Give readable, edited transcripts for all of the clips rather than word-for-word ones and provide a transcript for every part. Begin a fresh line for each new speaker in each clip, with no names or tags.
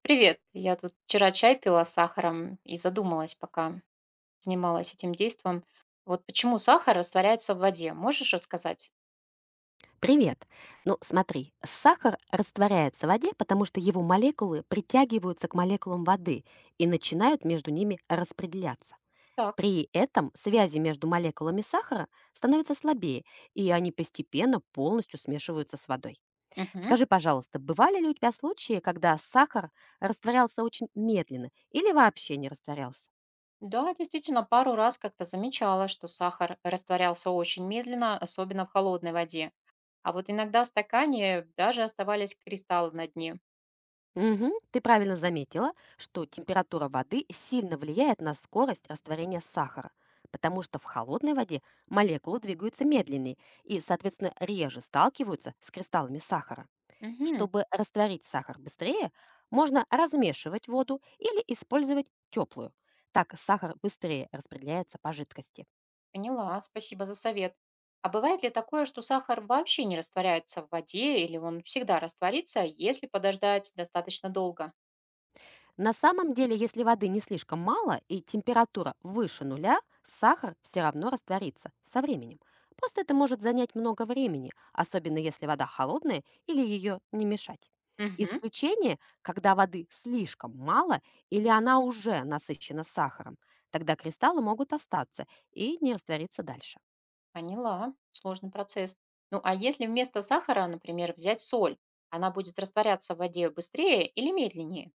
Привет. Я тут вчера чай пила с сахаром и задумалась, пока занималась этим действом. Вот почему сахар растворяется в воде? Можешь рассказать?
Привет. Ну, смотри, сахар растворяется в воде, потому что его молекулы притягиваются к молекулам воды и начинают между ними распределяться.
Так.
При этом связи между молекулами сахара становятся слабее, и они постепенно полностью смешиваются с водой.
Мгм.
Скажи, пожалуйста, бывали ли у тебя случаи, когда сахар растворялся очень медленно или вообще не растворялся?
Да, действительно, пару раз как-то замечала, что сахар растворялся очень медленно, особенно в холодной воде. А вот иногда в стакане даже оставались кристаллы на дне.
Мгм. Ты правильно заметила, что температура воды сильно влияет на скорость растворения сахара, потому что в холодной воде молекулы двигаются медленнее и, соответственно, реже сталкиваются с кристаллами сахара.
Мгм.
Чтобы растворить сахар быстрее, можно размешивать воду или использовать теплую. Так сахар быстрее распределяется по жидкости.
Поняла, спасибо за совет. А бывает ли такое, что сахар вообще не растворяется в воде, или он всегда растворится, если подождать достаточно долго?
На самом деле, если воды не слишком мало и температура выше нуля, сахар все равно растворится со временем. Просто это может занять много времени, особенно если вода холодная или ее не мешать.
Мгм.
Исключение, когда воды слишком мало или она уже насыщена сахаром. Тогда кристаллы могут остаться и не раствориться дальше.
Поняла. Сложный процесс. Ну, а если вместо сахара, например, взять соль, она будет растворяться в воде быстрее или медленнее?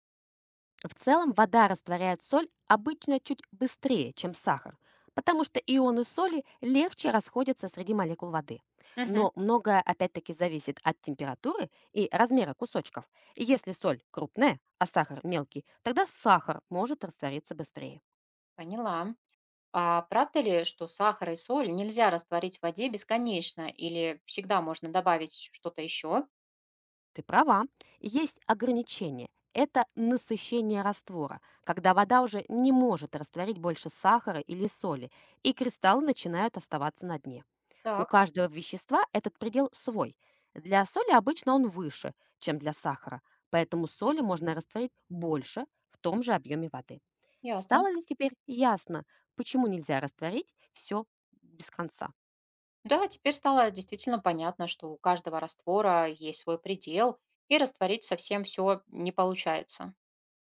В целом вода растворяет соль обычно чуть быстрее, чем сахар, потому что ионы соли легче расходятся среди молекул воды.
Мгм.
Но многое опять-таки зависит от температуры и размера кусочков. Если соль крупная, а сахар мелкий, тогда сахар может раствориться быстрее.
Поняла. А правда ли, что сахар и соль нельзя растворить в воде бесконечно или всегда можно добавить что-то еще?
Ты права, есть ограничение. Это насыщение раствора, когда вода уже не может растворить больше сахара или соли, и кристаллы начинают оставаться на дне. У
Так,
каждого вещества этот предел свой. Для соли обычно он выше, чем для сахара, поэтому соли можно растворить больше в том же объеме воды.
ясно.
Стало ли теперь ясно, почему нельзя растворить все без конца?
Да, теперь стало действительно понятно, что у каждого раствора есть свой предел, и растворить совсем все не получается.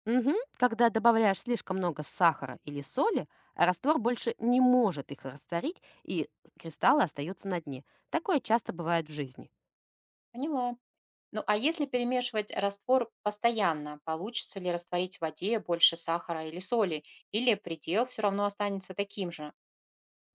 Мгм. Когда добавляешь слишком много сахара или соли, раствор больше не может их растворить, и кристаллы остаются на дне. Такое часто бывает в жизни.
Поняла. Ну, а если перемешивать раствор постоянно, получится ли растворить в воде больше сахара или соли? Или предел все равно останется таким же?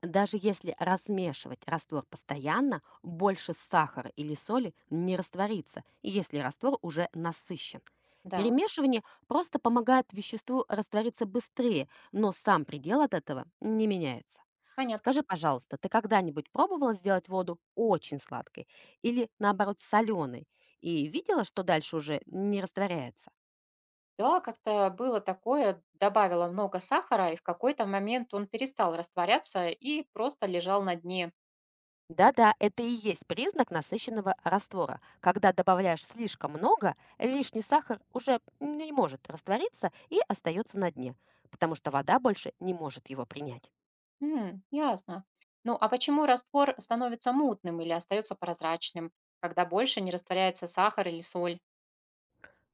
Даже если размешивать раствор постоянно, больше сахара или соли не растворится, если раствор уже насыщен.
Да,
Перемешивание просто помогает веществу раствориться быстрее, но сам предел от этого не меняется.
понятно.
Скажи, пожалуйста, ты когда-нибудь пробовала сделать воду очень сладкой или наоборот соленой и видела, что дальше уже не растворяется?
Да, как-то было такое, добавила много сахара, и в какой-то момент он перестал растворяться и просто лежал на дне.
Да-да, это и есть признак насыщенного раствора. Когда добавляешь слишком много, лишний сахар уже не может раствориться и остается на дне, потому что вода больше не может его принять.
М, ясно. Ну, а почему раствор становится мутным или остается прозрачным, когда больше не растворяется сахар или соль?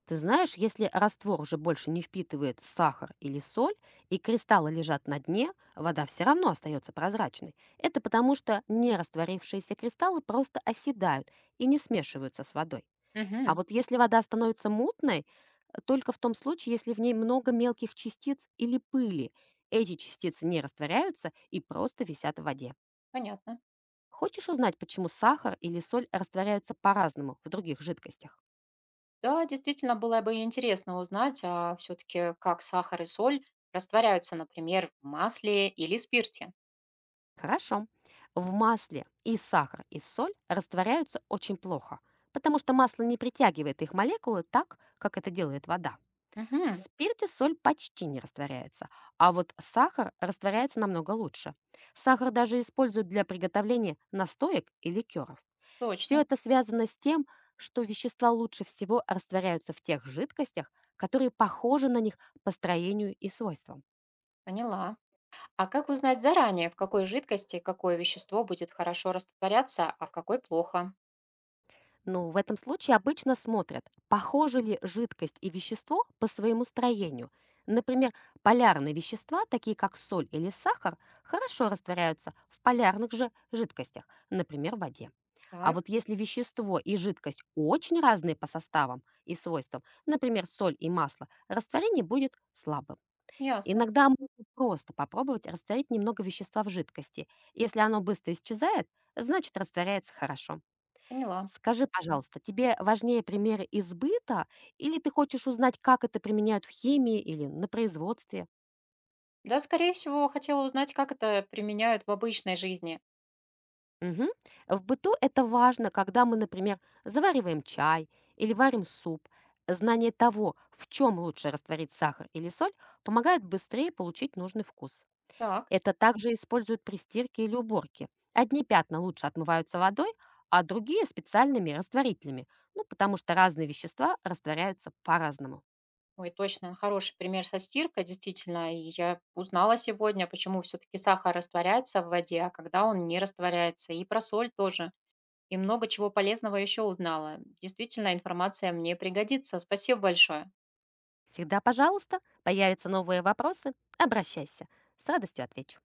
Ты знаешь, если раствор уже больше не впитывает сахар или соль, и кристаллы лежат на дне, вода все равно остается прозрачной. Это потому, что нерастворившиеся кристаллы просто оседают и не смешиваются с водой. А
Мгм,
вот если вода становится мутной, только в том случае, если в ней много мелких частиц или пыли. Эти частицы не растворяются и просто висят в воде.
понятно.
Хочешь узнать, почему сахар или соль растворяются по-разному в других жидкостях?
Да, действительно, было бы интересно узнать, а все-таки как сахар и соль растворяются, например, в масле или спирте.
Хорошо. В масле и сахар, и соль растворяются очень плохо, потому что масло не притягивает их молекулы так, как это делает вода. В
Угу,
спирте соль почти не растворяется, а вот сахар растворяется намного лучше. Сахар даже используют для приготовления настоек и ликеров.
точно,
Все это связано с тем, что вещества лучше всего растворяются в тех жидкостях, которые похожи на них по строению и свойствам.
поняла. А как узнать заранее, в какой жидкости какое вещество будет хорошо растворяться, а в какой плохо?
Ну, в этом случае обычно смотрят, похожи ли жидкость и вещество по своему строению. Например, полярные вещества, такие как соль или сахар, хорошо растворяются в полярных же жидкостях, например, в воде. А
Так,
вот если вещество и жидкость очень разные по составам и свойствам, например, соль и масло, растворение будет слабым.
ясно,
Иногда можно просто попробовать растворить немного вещества в жидкости. Если оно быстро исчезает, значит растворяется хорошо.
поняла.
Скажи, пожалуйста, тебе важнее примеры из быта или ты хочешь узнать, как это применяют в химии или на производстве?
Да, скорее всего, хотела узнать, как это применяют в обычной жизни.
Мгм. В быту это важно, когда мы, например, завариваем чай или варим суп. Знание того, в чем лучше растворить сахар или соль, помогает быстрее получить нужный вкус.
Так.
Это также используют при стирке или уборке. Одни пятна лучше отмываются водой, а другие специальными растворителями, ну, потому что разные вещества растворяются по-разному.
Ой, точно, хороший пример со стиркой, действительно. И я узнала сегодня, почему все-таки сахар растворяется в воде, а когда он не растворяется. И про соль тоже. И много чего полезного еще узнала. Действительно, информация мне пригодится. Спасибо большое.
Всегда пожалуйста, появятся новые вопросы, обращайся, с радостью отвечу.